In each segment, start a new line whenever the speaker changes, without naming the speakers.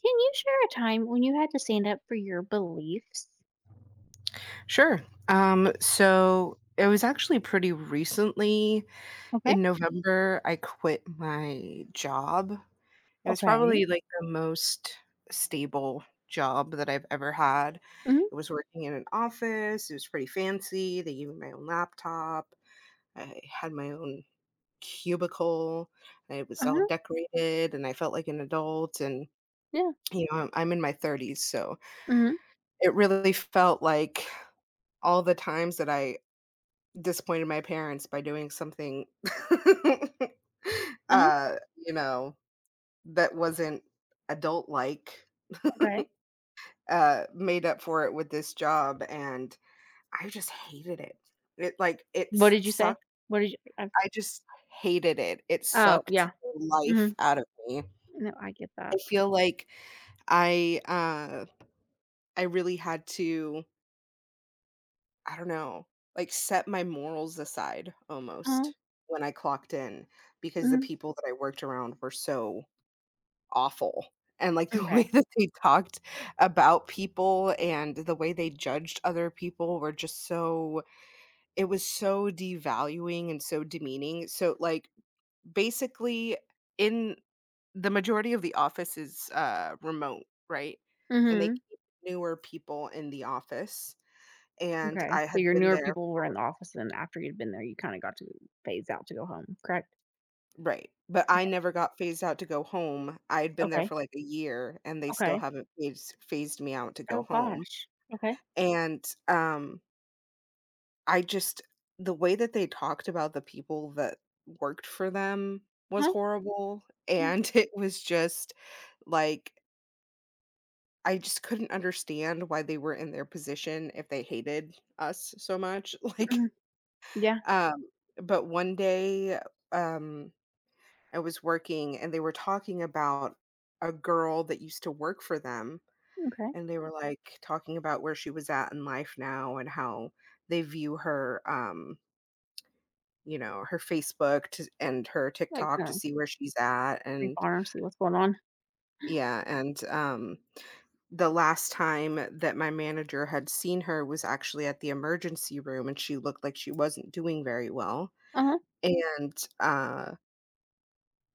Can you share a time when you had to stand up for your beliefs?
Sure. So it was actually pretty recently
Okay.
in November, I quit my job. It was
Okay.
probably like the most stable job that I've ever had.
Mhm.
It was working in an office, it was pretty fancy. They gave me my own laptop, I had my own cubicle, it was all
Uh-huh.
decorated, and I felt like an adult. And,
Yeah.
you know, I'm in my thirties, so
Mhm.
it really felt like all the times that I disappointed my parents by doing something,
Uh-huh.
you know, that wasn't adult-like,
Okay.
made up for it with this job, and I just hated it. It, like, it
What did you say?
sucked.
What did you I
I just hated it. It
Oh,
sucked
yeah.
the life
Mhm.
out of me. I
No, I get that.
feel like I, uh, I really had to I don't know, like, set my morals aside
Uh-huh.
almost when I clocked in because the
Mhm.
people that I worked around were so awful, and, like, the way
Okay.
that they talked about people and the way they judged other people were just so it was so devaluing and so demeaning, so, like, basically, in the majority of the office is, remote, right? And they
Mhm.
keep newer people in the office, and
Okay.
I
So
had
your
been
newer
there
people were in the office and after you'd been there, you kinda got to phase out to go home, correct?
Right, but I
Okay.
never got phased out to go home. I had been there for,
Okay.
like, a year, and they still
Okay.
haven't phased me out to go
Oh
home,
gosh. Okay.
and, I just the way that they talked about the people that worked for them was
Uh-huh.
horrible,
Yeah.
and it was just, like, I just couldn't understand why they were in their position if they hated us so much, like,
Mhm. Yeah.
um, but one day, um I was working and they were talking about a girl that used to work for them,
Okay.
and they were, like, talking about where she was at in life now and how they view her, you know, her Facebook to and her
Like,
TikTok to see where she's at,
creep
and
on or see what's going on.
yeah, and, the last time that my manager had seen her was actually at the emergency room, and she looked like she wasn't doing very well,
Uh-huh.
and,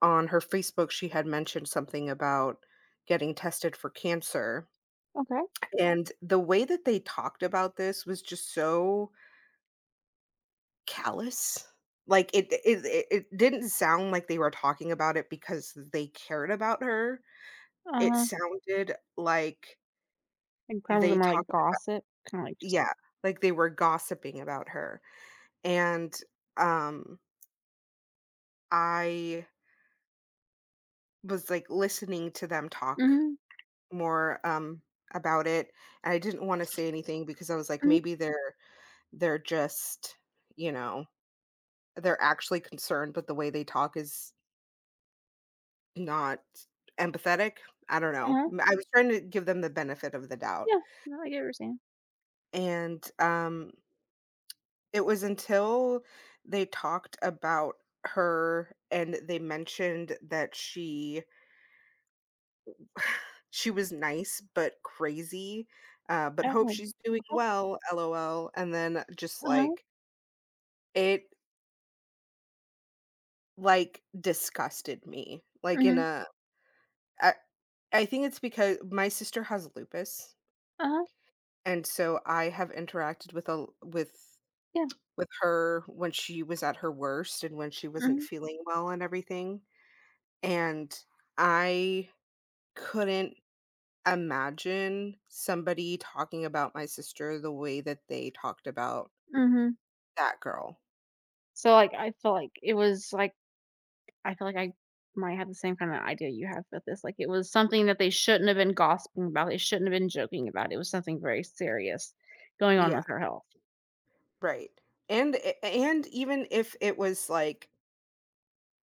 on her Facebook, she had mentioned something about getting tested for cancer,
Okay.
and the way that they talked about this was just so callous. Like, it didn't sound like they were talking about it because they cared about her. It
Uh-huh.
sounded like
Like crime was
they
more like
talked
gossip, kinda like just
Yeah, like they were gossiping about her, and, um, I was, like, listening to them talk
mhm,
more, about it. I didn't wanna say anything because I was like,
mhm,
maybe they're they're just, you know, they're actually concerned, but the way they talk is not empathetic. I don't know.
uh-huh,
M I was trying to give them the benefit of the doubt,
yeah, no, I get what you're saying.
and, it was until they talked about her and they mentioned that she she was nice but crazy, but hope
Oh,
she's doing
okay,
well, LOL, and then just
uh-huh,
like It, like, disgusted me, like, in
mhm,
a I I think it's because my sister has lupus,
uh-huh,
and so I have interacted with a with
yeah,
with her when she was at her worst and when she wasn't
mhm,
feeling well and everything, and I couldn't imagine somebody talking about my sister the way that they talked about
mhm.
that girl.
So, like, I feel like it was, like I feel like I might have the same kinda idea you have with this, like, it was something that they shouldn't have been gossiping about, they shouldn't have been joking about, it was something very serious going on
Yeah,
with her health.
right, and a and even if it was, like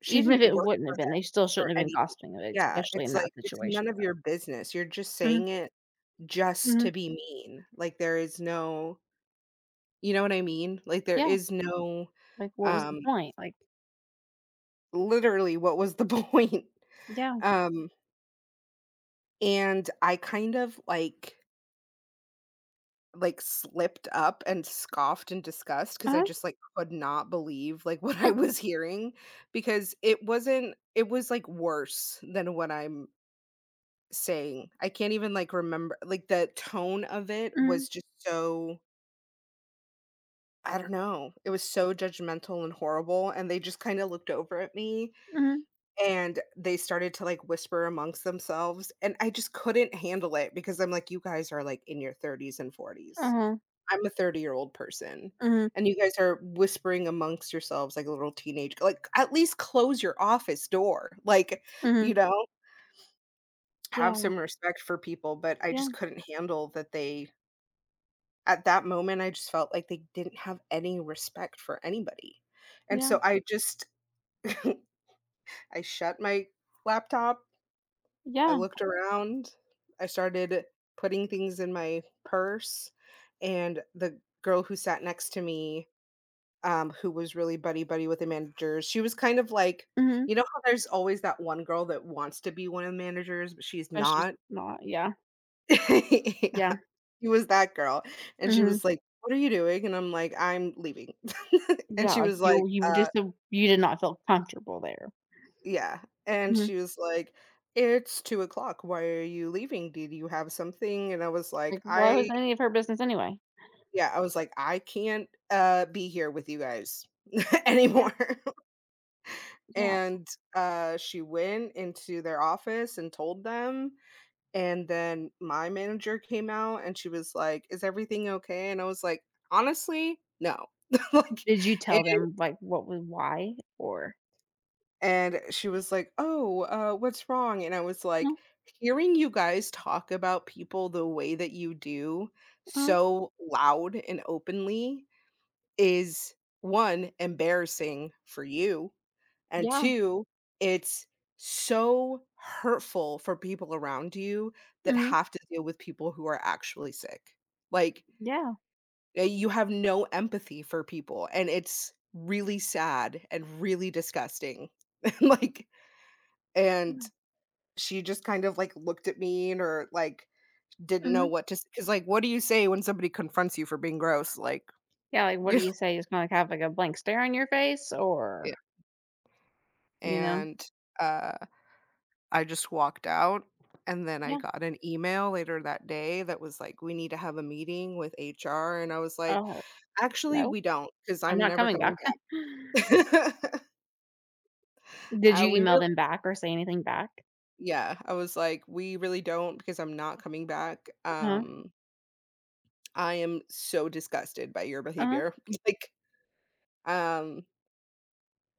she
Even if
didn't
it
work
wouldn't have been, they still
Or
shouldn't have been
anything.
gossiping about it,
Yeah,
especially in
it's like,
that
it's
situation.
none of your business. You're just
Mhm,
saying it just to
mhm,
be mean. Like, there is no you know what I mean? Like, there
yeah,
is no,
like, what was the
um,
point? Like
literally, what was the point?
yeah,
Um, and I kind of, like, slipped up and scoffed in disgust because I
uh-huh,
just, like, could not believe, like, what I
yeah,
was hearing because it wasn't it was, like, worse than what I'm saying. I can't even, like, remember like, the tone of it
mhm.
was just so I don't know, it was so judgmental and horrible, and they just kinda looked over at me,
Mhm.
and they started to, like, whisper amongst themselves, and I just couldn't handle it because I'm like, "You guys are, like, in your thirties and forties.
Uh-huh.
I'm a 30-year-old person,
Mhm.
and you guys are whispering amongst yourselves like a little teenage like, at least close your office door." Like,
Mhm.
you know, have some
Yeah,
respect for people, but I
yeah,
just couldn't handle that they At that moment, I just felt like they didn't have any respect for anybody, and
yeah,
so I just I shut my laptop, I
yeah.
looked around, I started putting things in my purse, and the girl who sat next to me, who was really buddy-buddy with the managers, she was kind of like
Mhm.
you know how there's always that one girl that wants to be one of the managers, but she's
But she's
not?
not. Yeah,
Yeah.
yeah.
She was that girl, and she
Mhm.
was like, "What are you doing?" And I'm like, "I'm leaving." And
Yeah,
she
like
was like,
you just so you did not feel comfortable there.
Yeah." And she
Mhm.
was like, "It's 2 o'clock. Why are you leaving? Did you have something?" And I was
Like,
like,
why was
"I"
any of her business anyway?
yeah, I was like, "I can't, be here with you guys
Yeah,
anymore."
yeah.
And, she went into their office and told them And then my manager came out and she was like, "Is everything okay?" And I was like, "Honestly, no." Like,
Did you
and
tell them, like, what was why or
and she was like, "Oh, what's wrong?" And I was like,
mhm,
"Hearing you guys talk about people the way that you do,
mhm.
so loud and openly, is one, embarrassing for you. And
Yeah.
two, it's so hurtful for people around you that
Mhm.
have to deal with people who are actually sick. Like,
Yeah,
you have no empathy for people, and it's really sad and really disgusting. And, Like and
yeah.
she just kind of, like, looked at me and or, like, didn't know
Mhm.
what to because like, what do you say when somebody confronts you for being gross? Like,
Yeah, like, what
you
do you say? You just kinda, like, have, like, a blank stare on your face or,
yeah,
you know?
and, uh I just walked out, and then I
Yeah.
got an email later that day that was like, "We need to have a meeting with HR," and I was like,
Uh,
"Actually,
"No,
we do not because 'cause
I'm
I'm
not
never
coming
coming
back."
back."
Did you
We
email
really,
them back or say anything back?
yeah, I was like, "We really don't because I'm not coming back.
Uh-huh,
I am so disgusted by your
uh-huh,
behavior." Like, um,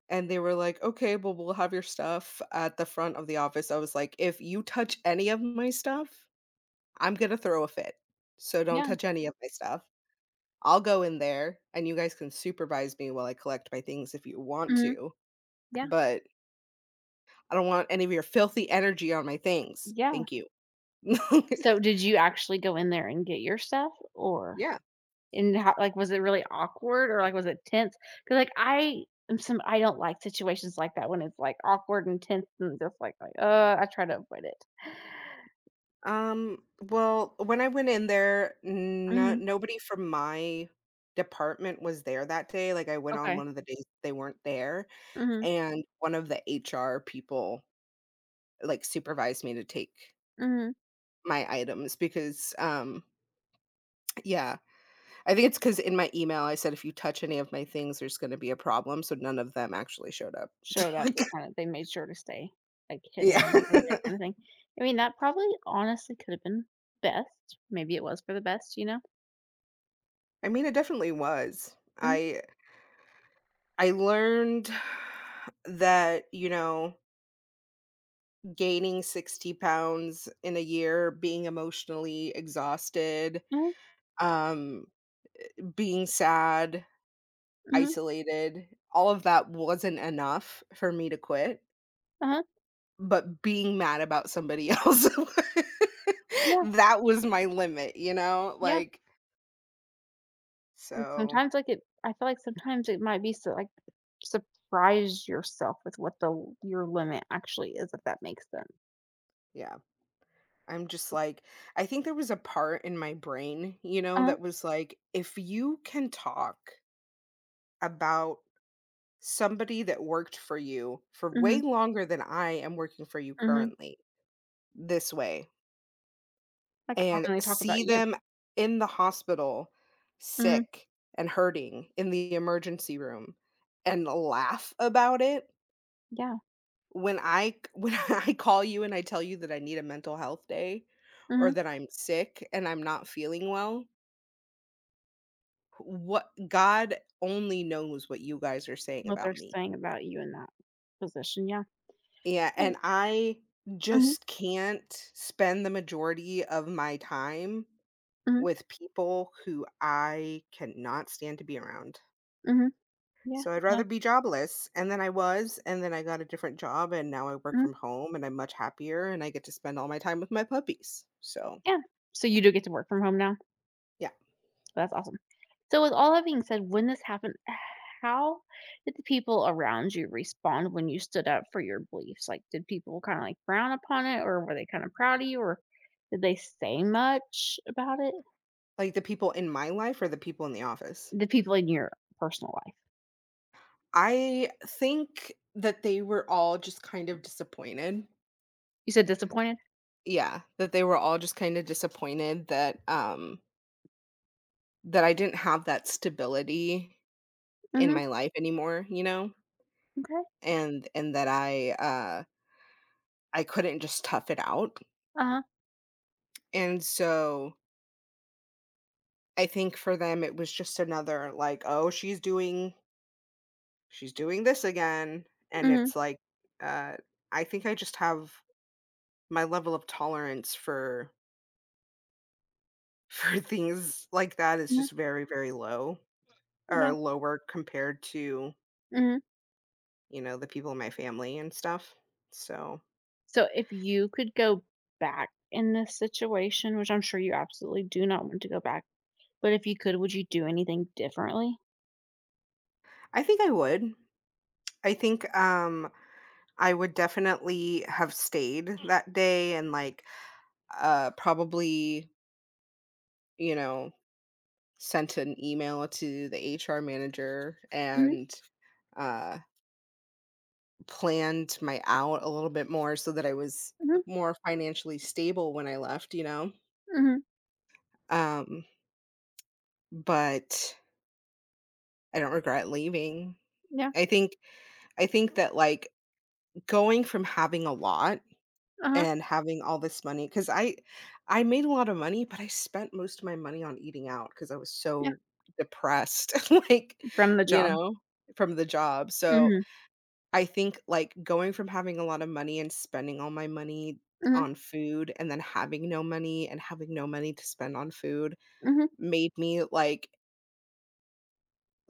and they were like, "Okay, well, we'll have your stuff at the front of the office." I was like, "If you touch any of my stuff, I'm gonna throw a fit, so don't
yeah,
touch any of my stuff." I'll go in there and you guys can supervise me while I collect my things if you want
mhm,
to,
yeah,
but I don't want any of your filthy energy on my things.
yeah.
Thank you.
So, did you actually go in there and get your stuff or
Yeah.
and how like, was it really awkward or, like, was it tense? Because like, I am some I don't like situations like that when it's, like, awkward and tense and just like, I try to avoid it.
Well, when I went in there, no
Mhm,
nobody from my department was there that day. Like I went on
okay,
one of the days they weren't there,
mhm,
and one of the HR people like supervised me to take
mhm.
my items because yeah, I think it's because in my email, I said, "If you touch any of my things, there's gonna be a problem," so none of them actually showed up.
Showed up,
Like
they kinda they made sure to stay, like,
Yeah.
hidden, we were there kinda thing. I mean, that probably honestly could have been best. Maybe it was for the best, you know?
I mean, it definitely was.
Mhm.
I learned that, you know, gaining 60 pounds in a year, being emotionally exhausted,
Mhm,
um, being sad,
mhm,
isolated, all of that wasn't enough for me to quit.
uh-huh,
But being mad about somebody else,
yeah,
that was my limit, you know?
yeah,
Like,
and
so
sometimes, like, it I feel like sometimes it might be so like, surprise yourself with what the your limit actually is, if that makes sense.
yeah, I'm just like, I think there was a part in my brain, you know,
Uh-huh,
that was like, if you can talk about somebody that worked for you for way
mhm,
longer than I am working for you
mhm,
currently, this way,
like, how
and
can they talk about
see
you?
them in the hospital,
Mhm,
sick and hurting in the emergency room, and laugh about it
yeah,
When I when I call you and I tell you that I need a mental health day or
mhm,
that I'm sick and I'm not feeling well, what God only knows what you guys are saying
what
about
they're
me.
saying about you in that position, yeah,
Yeah,
so
and I
mhm,
just can't spend the majority of my time
mhm,
with people who I cannot stand to be around.
mhm, yeah,
So I'd
no,
rather be jobless, and then I was, and then I got a different job, and now I work
mhm,
from home, and I'm much happier, and I get to spend all my time with my puppies. So,
yeah, so you do get to work from home now?
yeah.
So that's awesome. So with all that being said, when this happened, how did the people around you respond when you stood up for your beliefs? Like, did people kinda, like, frown upon it, or were they kinda proud of you, or did they say much about it?
Like, the people in my life or the people in the office?
The people in your personal life.
I think that they were all just kind of disappointed.
You said disappointed?
Yeah, that they were all just kinda disappointed that, that I didn't have that stability in
Mhm,
my life anymore, you know?
okay.
And that I couldn't just tough it out,
Uh-huh.
and so, I think for them, it was just another, like, "Oh, she's doing this again," and it's
Mhm,
like, uh, I think I just have my level of tolerance for for things like that is
mhm,
just very, very low
yeah,
or lower compared to,
mhm.
you know, the people in my family and stuff. So,
So if you could go back in this situation, which I'm sure you absolutely do not want to go back, but if you could, would you do anything differently?
I think I would. I think, I would definitely have stayed that day and, like, probably, you know, sent an email to the HR manager
Mhm,
and, uh, planned my out a little bit more so that I was
mhm,
more financially stable when I left, you know?
mhm.
Um, but I don't regret leaving.
Yeah,
I think I think that, like, going from having a lot
uh-huh.
and having all this money because I made a lot of money, but I spent most of my money on eating out because I was so depressed, like,
From the
you
job.
know, from the job. So,
Mhm,
I think, like, going from having a lot of money and spending all my money
mhm,
on food and then having no money and having no money to spend on food
mhm,
made me,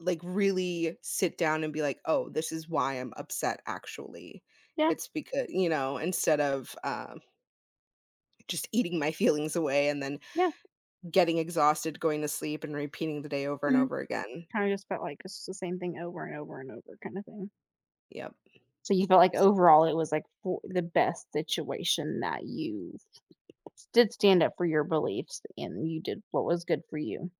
like, really sit down and be like, "Oh, this is why I'm upset actually."
yeah,
It's because you know, instead of, just eating my feelings away and then
yeah,
getting exhausted, going to sleep, and repeating the day over and
mhm,
over again.
kinda just felt like it's the same thing over and over and over kinda thing.
Yep.
So you felt like overall it was, like, for the best situation that you did stand up for your beliefs and you did what was good for you,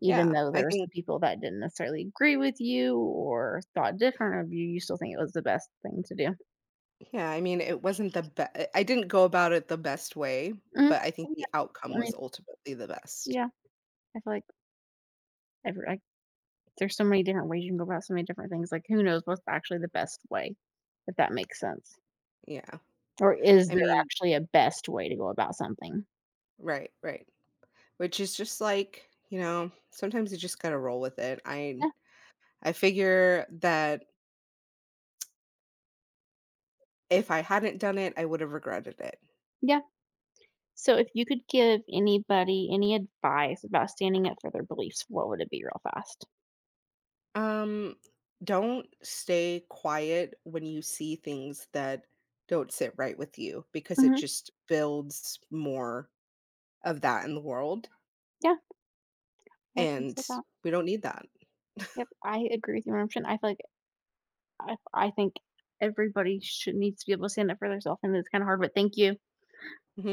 even
Yeah,
though
I
there were
think
some people that didn't necessarily agree with you or thought different of you, you still think it was the best thing to do.
yeah, I mean, it wasn't the be I didn't go about it the best way,
Mhm,
but I think the
yeah,
outcome
I
was
mean,
ultimately the best.
yeah, I feel like every I there's so many different ways you can go about so many different things, like, who knows what's actually the best way, if that makes sense,
Yeah.
or is
I
there
mean
actually a best way to go about something?
right, right. Which is just like, you know, sometimes you just gotta roll with it.
Yeah,
I figure that if I hadn't done it, I would have regretted it.
yeah. So if you could give anybody any advice about standing up for their beliefs, what would it be real fast?
Um, don't stay quiet when you see things that don't sit right with you because it
Mhm.
just builds more of that in the world,
Yeah, I think
and
so that.
we don't need that.
Yep, I agree with you 100%. I feel like I think everybody should needs to be able to stand up for themselves, and it's kinda hard, but thank you.
Mhm.